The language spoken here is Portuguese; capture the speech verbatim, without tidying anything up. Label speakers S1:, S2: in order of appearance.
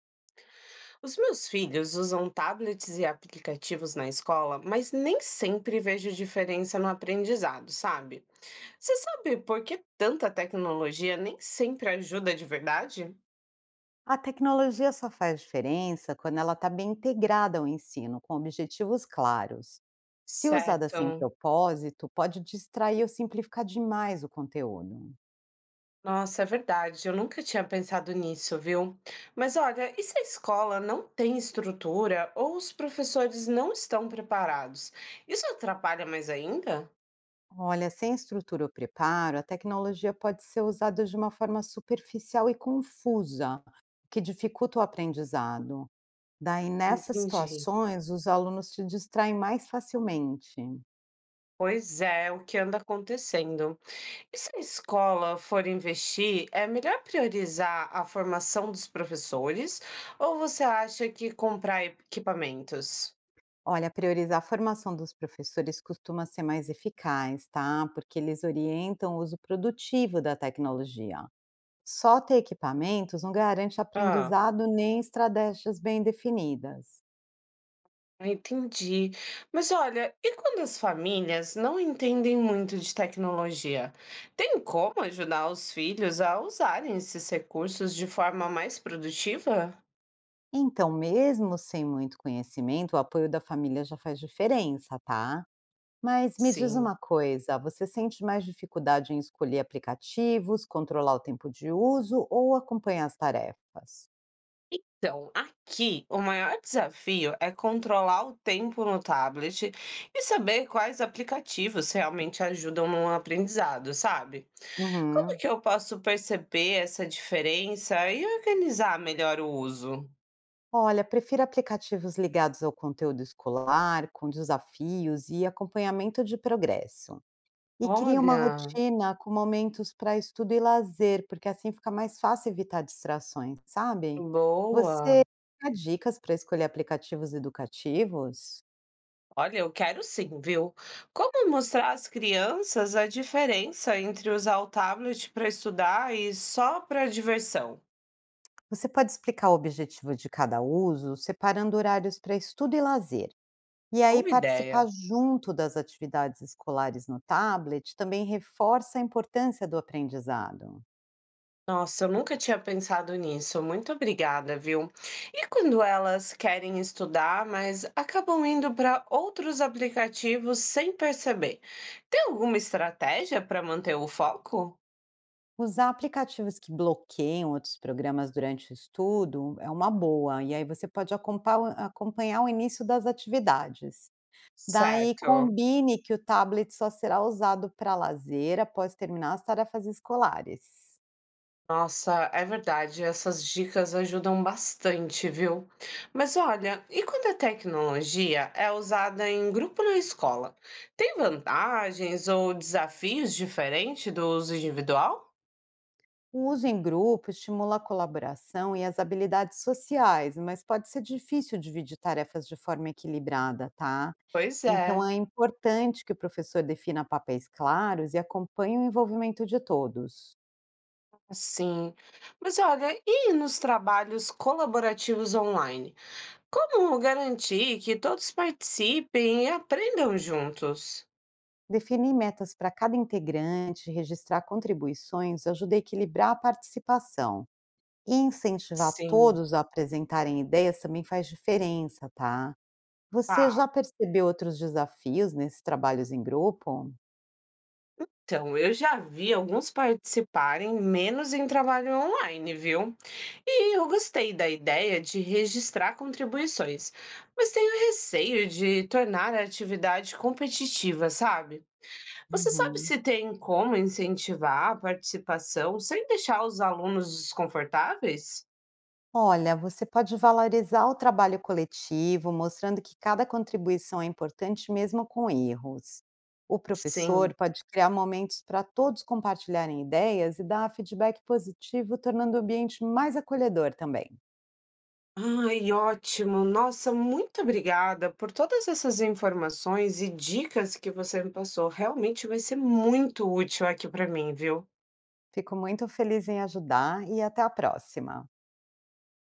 S1: Os meus filhos usam tablets e aplicativos na escola, mas nem sempre vejo diferença no aprendizado, sabe? Você sabe por que tanta tecnologia nem sempre ajuda de verdade?
S2: A tecnologia só faz diferença quando ela está bem integrada ao ensino, com objetivos claros. Se usada sem
S1: Certo.
S2: propósito, pode distrair ou simplificar demais o conteúdo.
S1: Nossa, é verdade. Eu nunca tinha pensado nisso, viu? Mas olha, e se a escola não tem estrutura ou os professores não estão preparados? Isso atrapalha mais ainda?
S2: Olha, sem estrutura ou preparo, a tecnologia pode ser usada de uma forma superficial e confusa, o que dificulta o aprendizado. Daí, nessas
S1: Entendi.
S2: situações, os alunos se distraem mais facilmente.
S1: Pois é, o que anda acontecendo. E se a escola for investir, é melhor priorizar a formação dos professores ou você acha que comprar equipamentos?
S2: Olha, priorizar a formação dos professores costuma ser mais eficaz, tá? Porque eles orientam o uso produtivo da tecnologia. Só ter equipamentos não garante
S1: Ah,
S2: aprendizado nem estratégias bem definidas.
S1: entendi. Mas olha, e quando as famílias não entendem muito de tecnologia? Tem como ajudar os filhos a usarem esses recursos de forma mais produtiva?
S2: Então, mesmo sem muito conhecimento, o apoio da família já faz diferença, tá? Mas me diz
S1: Sim.
S2: uma coisa, você sente mais dificuldade em escolher aplicativos, controlar o tempo de uso ou acompanhar as tarefas?
S1: Então, aqui o maior desafio é controlar o tempo no tablet e saber quais aplicativos realmente ajudam no aprendizado, sabe? Como
S2: Uhum.
S1: que eu posso perceber essa diferença e organizar melhor o uso?
S2: Olha, prefiro aplicativos ligados ao conteúdo escolar, com desafios e acompanhamento de progresso. E cria uma
S1: Olha,
S2: rotina com momentos para estudo e lazer, porque assim fica mais fácil evitar distrações, sabe? Você
S1: boa.
S2: dá dicas para escolher aplicativos educativos?
S1: Olha, eu quero sim, viu? Como mostrar às crianças a diferença entre usar o tablet para estudar e só para diversão?
S2: Você pode explicar o objetivo de cada uso, separando horários para estudo e lazer. E aí,
S1: Boa
S2: participar
S1: ideia.
S2: junto das atividades escolares no tablet também reforça a importância do aprendizado.
S1: Nossa, eu nunca tinha pensado nisso. Muito obrigada, viu? E quando elas querem estudar, mas acabam indo para outros aplicativos sem perceber, tem alguma estratégia para manter o foco?
S2: Usar aplicativos que bloqueiam outros programas durante o estudo é uma boa, e aí você pode acompa- acompanhar o início das atividades. Daí
S1: Certo.
S2: combine que o tablet só será usado para lazer após terminar as tarefas escolares.
S1: Nossa, é verdade. Essas dicas ajudam bastante, viu? Mas olha, e quando a tecnologia é usada em grupo na escola? Tem vantagens ou desafios diferentes do uso individual?
S2: O uso em grupo estimula a colaboração e as habilidades sociais, mas pode ser difícil dividir tarefas de forma equilibrada, tá?
S1: Pois é.
S2: Então é importante que o professor defina papéis claros e acompanhe o envolvimento de todos.
S1: Sim. Mas olha, e nos trabalhos colaborativos online? Como garantir que todos participem e aprendam juntos?
S2: Definir metas para cada integrante, registrar contribuições, ajuda a equilibrar a participação. E incentivar
S1: Sim,
S2: todos a apresentarem ideias também faz diferença, tá? Você
S1: tá.
S2: já percebeu outros desafios nesses trabalhos em grupo?
S1: Então, eu já vi alguns participarem menos em trabalho online, viu? E eu gostei da ideia de registrar contribuições, mas tenho receio de tornar a atividade competitiva, sabe? Você sabe
S2: Uhum.
S1: se tem como incentivar a participação sem deixar os alunos desconfortáveis?
S2: Olha, você pode valorizar o trabalho coletivo, mostrando que cada contribuição é importante mesmo com erros. O professor
S1: Sim.
S2: pode criar momentos para todos compartilharem ideias e dar feedback positivo, tornando o ambiente mais acolhedor também.
S1: Ai, ótimo. Nossa, muito obrigada por todas essas informações e dicas que você me passou. Realmente vai ser muito útil aqui para mim, viu?
S2: Fico muito feliz em ajudar e até a próxima.